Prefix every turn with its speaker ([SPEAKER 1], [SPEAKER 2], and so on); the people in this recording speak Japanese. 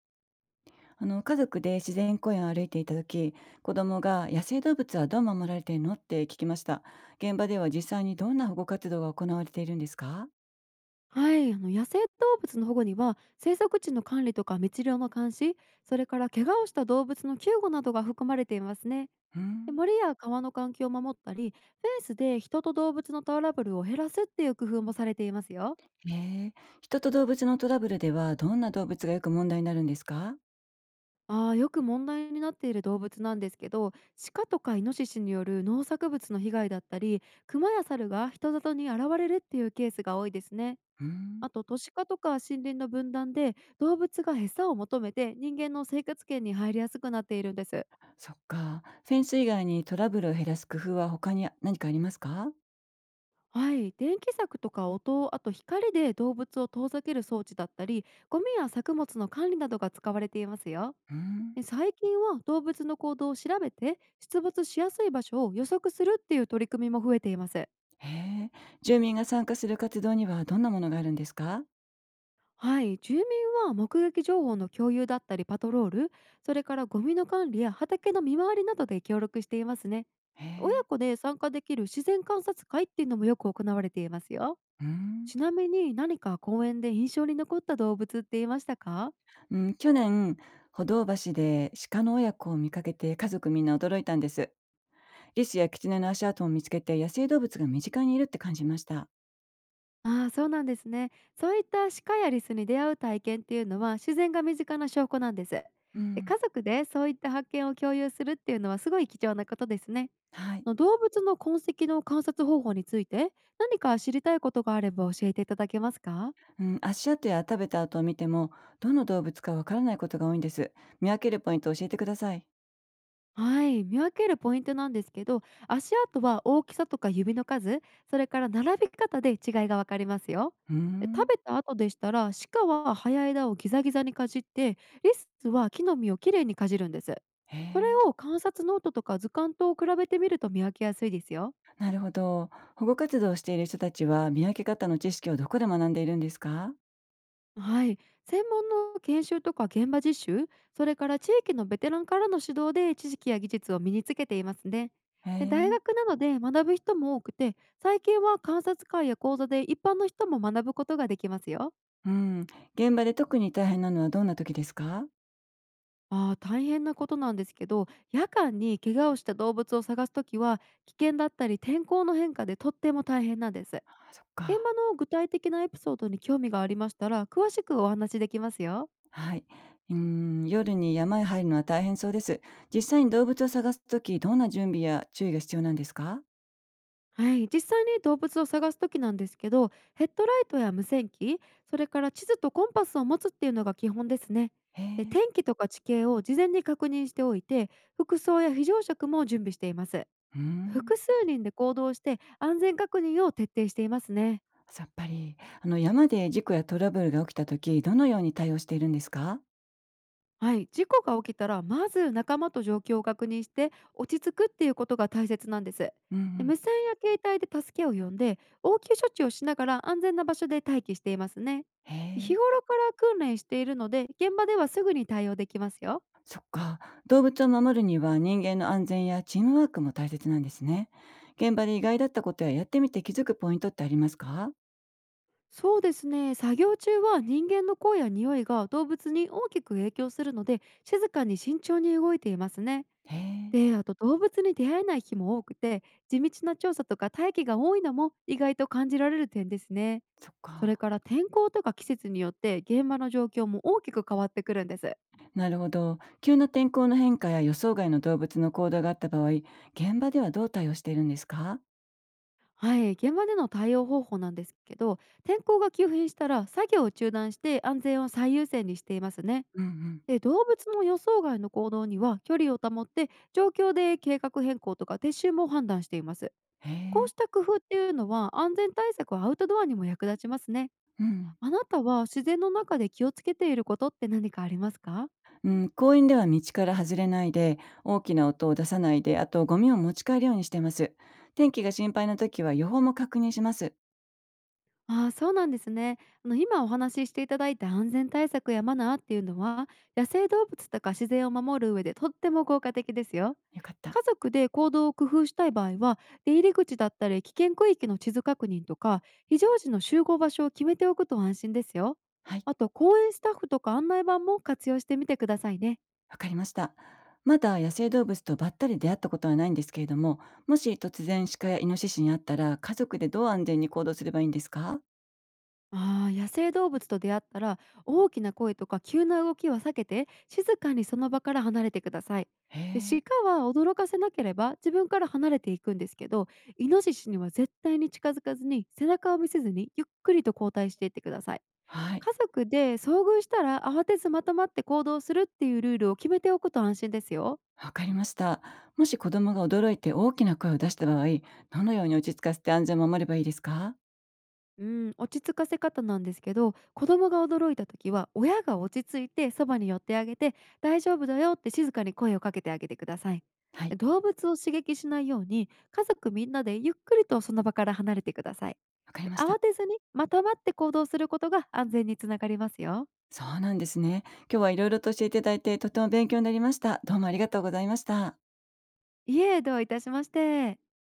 [SPEAKER 1] あの、家族で自然公園を歩いていた時、子供が野生動物はどう守られているのって聞きました。現場では実際にどんな保護活動が行われているんですか？
[SPEAKER 2] はい、あの野生動物の保護には生息地の管理とか密漁の監視、それから怪我をした動物の救護などが含まれていますね。
[SPEAKER 1] う
[SPEAKER 2] で、
[SPEAKER 1] ん。
[SPEAKER 2] 森や川の環境を守ったり、フェンスで人と動物のトラブルを減らすっていう工夫もされていますよ。
[SPEAKER 1] へえ。人と動物のトラブルではどんな動物がよく問題になるんですか？
[SPEAKER 2] よく問題になっている動物なんですけど、鹿とかイノシシによる農作物の被害だったり、クマやサルが人里に現れるっていうケースが多いですね。
[SPEAKER 1] う
[SPEAKER 2] あ
[SPEAKER 1] ん。
[SPEAKER 2] と、都市化とか森林の分断で動物が餌を求めて人間の生活圏に入りやすくなっているんです。
[SPEAKER 1] そっか。フェンス以外にトラブルを減らす工夫は他に何かありますか？
[SPEAKER 2] はい、電気柵とか音、あと光で動物を遠ざける装置だったり、ゴミや作物の管理などが使われていますよ。
[SPEAKER 1] うん。
[SPEAKER 2] で、最近は動物の行動を調べて出没しやすい場所を予測するっていう取り組みも増えています。
[SPEAKER 1] へえ。住民が参加する活動にはどんなものがあるんですか？
[SPEAKER 2] はい、住民は目撃情報の共有だったりパトロール、それからゴミの管理や畑の見回りなどで協力していますね。
[SPEAKER 1] へ
[SPEAKER 2] 親
[SPEAKER 1] え。
[SPEAKER 2] 子で参加できる自然観察会っていうのもよく行われていますよ。
[SPEAKER 1] うん。
[SPEAKER 2] ちなみに、何か公園で印象に残った動物っていましたか？
[SPEAKER 1] うん、去年、歩道橋で鹿の親子を見かけて家族みんな驚いたんです。リスやキツネの足跡も見つけて野生動物が身近にいるって感じました。
[SPEAKER 2] ああ、そうなんですね。そういった鹿やリスに出会う体験っていうのは自然が身近な証拠なんです。
[SPEAKER 1] う
[SPEAKER 2] で、
[SPEAKER 1] ん。
[SPEAKER 2] 家族でそういった発見を共有するっていうのはすごい貴重なことですね。
[SPEAKER 1] はい。
[SPEAKER 2] あの、動物の痕跡の観察方法について何か知りたいことがあれば教えていただけますか？
[SPEAKER 1] うん、足跡や食べた後を見ても、どの動物かわからないことが多いんです。見分けるポイントを教えてください。
[SPEAKER 2] はい、見分けるポイントなんですけど、足跡は大きさとか指の数、それから並び方で違いがわかりますよ。
[SPEAKER 1] うー
[SPEAKER 2] で、
[SPEAKER 1] ん。
[SPEAKER 2] 食べた後でしたら鹿は早枝をギザギザにかじって、リスは木の実をきれいにかじるんです。
[SPEAKER 1] へ
[SPEAKER 2] それ
[SPEAKER 1] え。
[SPEAKER 2] を観察ノートとか図鑑と比べてみると見分けやすいですよ。
[SPEAKER 1] なるほど。保護活動をしている人たちは見分け方の知識をどこで学んでいるんですか？
[SPEAKER 2] はい、専門の研修とか現場実習、それから地域のベテランからの指導で知識や技術を身につけていますね。
[SPEAKER 1] へ
[SPEAKER 2] で、大
[SPEAKER 1] え。
[SPEAKER 2] 学などで学ぶ人も多くて、最近は観察会や講座で一般の人も学ぶことができますよ。
[SPEAKER 1] うん。現場で特に大変なのはどんな時ですか？
[SPEAKER 2] ああ、大変なことなんですけど、夜間に怪我をした動物を探すときは危険だったり天候の変化でとっても大変なんです。
[SPEAKER 1] あ、そっ
[SPEAKER 2] 現
[SPEAKER 1] か。
[SPEAKER 2] 場の具体的なエピソードに興味がありましたら詳しくお話しできますよ。
[SPEAKER 1] はい。うーん、夜に山へ入るのは大変そうです。実際に動物を探すとき、どんな準備や注意が必要なんですか？
[SPEAKER 2] はい、実際に動物を探す時なんですけど、ヘッドライトや無線機、それから地図とコンパスを持つっていうのが基本ですね。
[SPEAKER 1] へ
[SPEAKER 2] で、
[SPEAKER 1] え。
[SPEAKER 2] 天気とか地形を事前に確認しておいて、服装や非常食も準備しています。
[SPEAKER 1] うーん。
[SPEAKER 2] 複数人で行動して安全確認を徹底していますね。
[SPEAKER 1] さっぱり。あの、山で事故やトラブルが起きたとき、どのように対応しているんですか？
[SPEAKER 2] はい、事故が起きたらまず仲間と状況を確認して落ち着くっていうことが大切なんです。
[SPEAKER 1] うんう
[SPEAKER 2] で、
[SPEAKER 1] ん。
[SPEAKER 2] 無線や携帯で助けを呼んで応急処置をしながら安全な場所で待機していますね。
[SPEAKER 1] へえ。
[SPEAKER 2] 日頃から訓練しているので現場ではすぐに対応できますよ。
[SPEAKER 1] そっか。動物を守るには人間の安全やチームワークも大切なんですね。現場で意外だったことややってみて気づくポイントってありますか？
[SPEAKER 2] そうですね、作業中は人間の声や匂いが動物に大きく影響するので静かに慎重に動いていますね。
[SPEAKER 1] へえ。
[SPEAKER 2] で、あと動物に出会えない日も多くて、地道な調査とか大気が多いのも意外と感じられる点ですね。
[SPEAKER 1] そっ
[SPEAKER 2] それ
[SPEAKER 1] か。
[SPEAKER 2] から天候とか季節によって現場の状況も大きく変わってくるんです。
[SPEAKER 1] なるほど。急な天候の変化や予想外の動物の行動があった場合、現場ではどう対応しているんですか？
[SPEAKER 2] はい、現場での対応方法なんですけど、天候が急変したら作業を中断して安全を最優先にしていますね。
[SPEAKER 1] うんうん。
[SPEAKER 2] で、動物の予想外の行動には距離を保って、状況で計画変更とか撤収も判断しています。
[SPEAKER 1] へ
[SPEAKER 2] こう
[SPEAKER 1] え。
[SPEAKER 2] した工夫っていうのは、安全対策はアウトドアにも役立ちますね。
[SPEAKER 1] うん。
[SPEAKER 2] あなたは自然の中で気をつけていることって何かありますか？
[SPEAKER 1] うん、公園では道から外れないで、大きな音を出さないで、あとゴミを持ち帰るようにしてます。天気が心配な時は予報も確認します。
[SPEAKER 2] ああー、そうなんですね。あの、今お話ししていただいた安全対策やマナーっていうのは、野生動物とか自然を守る上でとっても効果的ですよ。
[SPEAKER 1] よかった。
[SPEAKER 2] 家族で行動を工夫したい場合は、出入り口だったり危険区域の地図確認とか、非常時の集合場所を決めておくと安心ですよ。
[SPEAKER 1] はい、
[SPEAKER 2] あと、公園スタッフとか案内板も活用してみてくださいね。
[SPEAKER 1] わかりました。まだ野生動物とばったり出会ったことはないんですけれども、もし突然鹿やイノシシに会ったら、家族でどう安全に行動すればいいんですか？
[SPEAKER 2] ああ、野生動物と出会ったら大きな声とか急な動きは避けて静かにその場から離れてください。
[SPEAKER 1] へ
[SPEAKER 2] で、
[SPEAKER 1] え。
[SPEAKER 2] 鹿は驚かせなければ自分から離れていくんですけど、イノシシには絶対に近づかずに背中を見せずにゆっくりと後退していってください。
[SPEAKER 1] はい。
[SPEAKER 2] 家族で遭遇したら慌てずまとまって行動するっていうルールを決めておくと安心ですよ。
[SPEAKER 1] わかりました。もし子供が驚いて大きな声を出した場合、どのように落ち着かせて安全を守ればいいですか？
[SPEAKER 2] うん、落ち着かせ方なんですけど、子供が驚いた時は親が落ち着いてそばに寄ってあげて、「大丈夫だよ」って静かに声をかけてあげてください。
[SPEAKER 1] はい、
[SPEAKER 2] 動物を刺激しないように家族みんなでゆっくりとその場から離れてください。
[SPEAKER 1] わかり
[SPEAKER 2] で、
[SPEAKER 1] ました。
[SPEAKER 2] 慌てずにまと待って行動することが安全につながりますよ。
[SPEAKER 1] そうなんですね。今日はいろいろと教えていただいて、とても勉強になりました。どうもありがとうございました。
[SPEAKER 2] いえ、どういたしまして。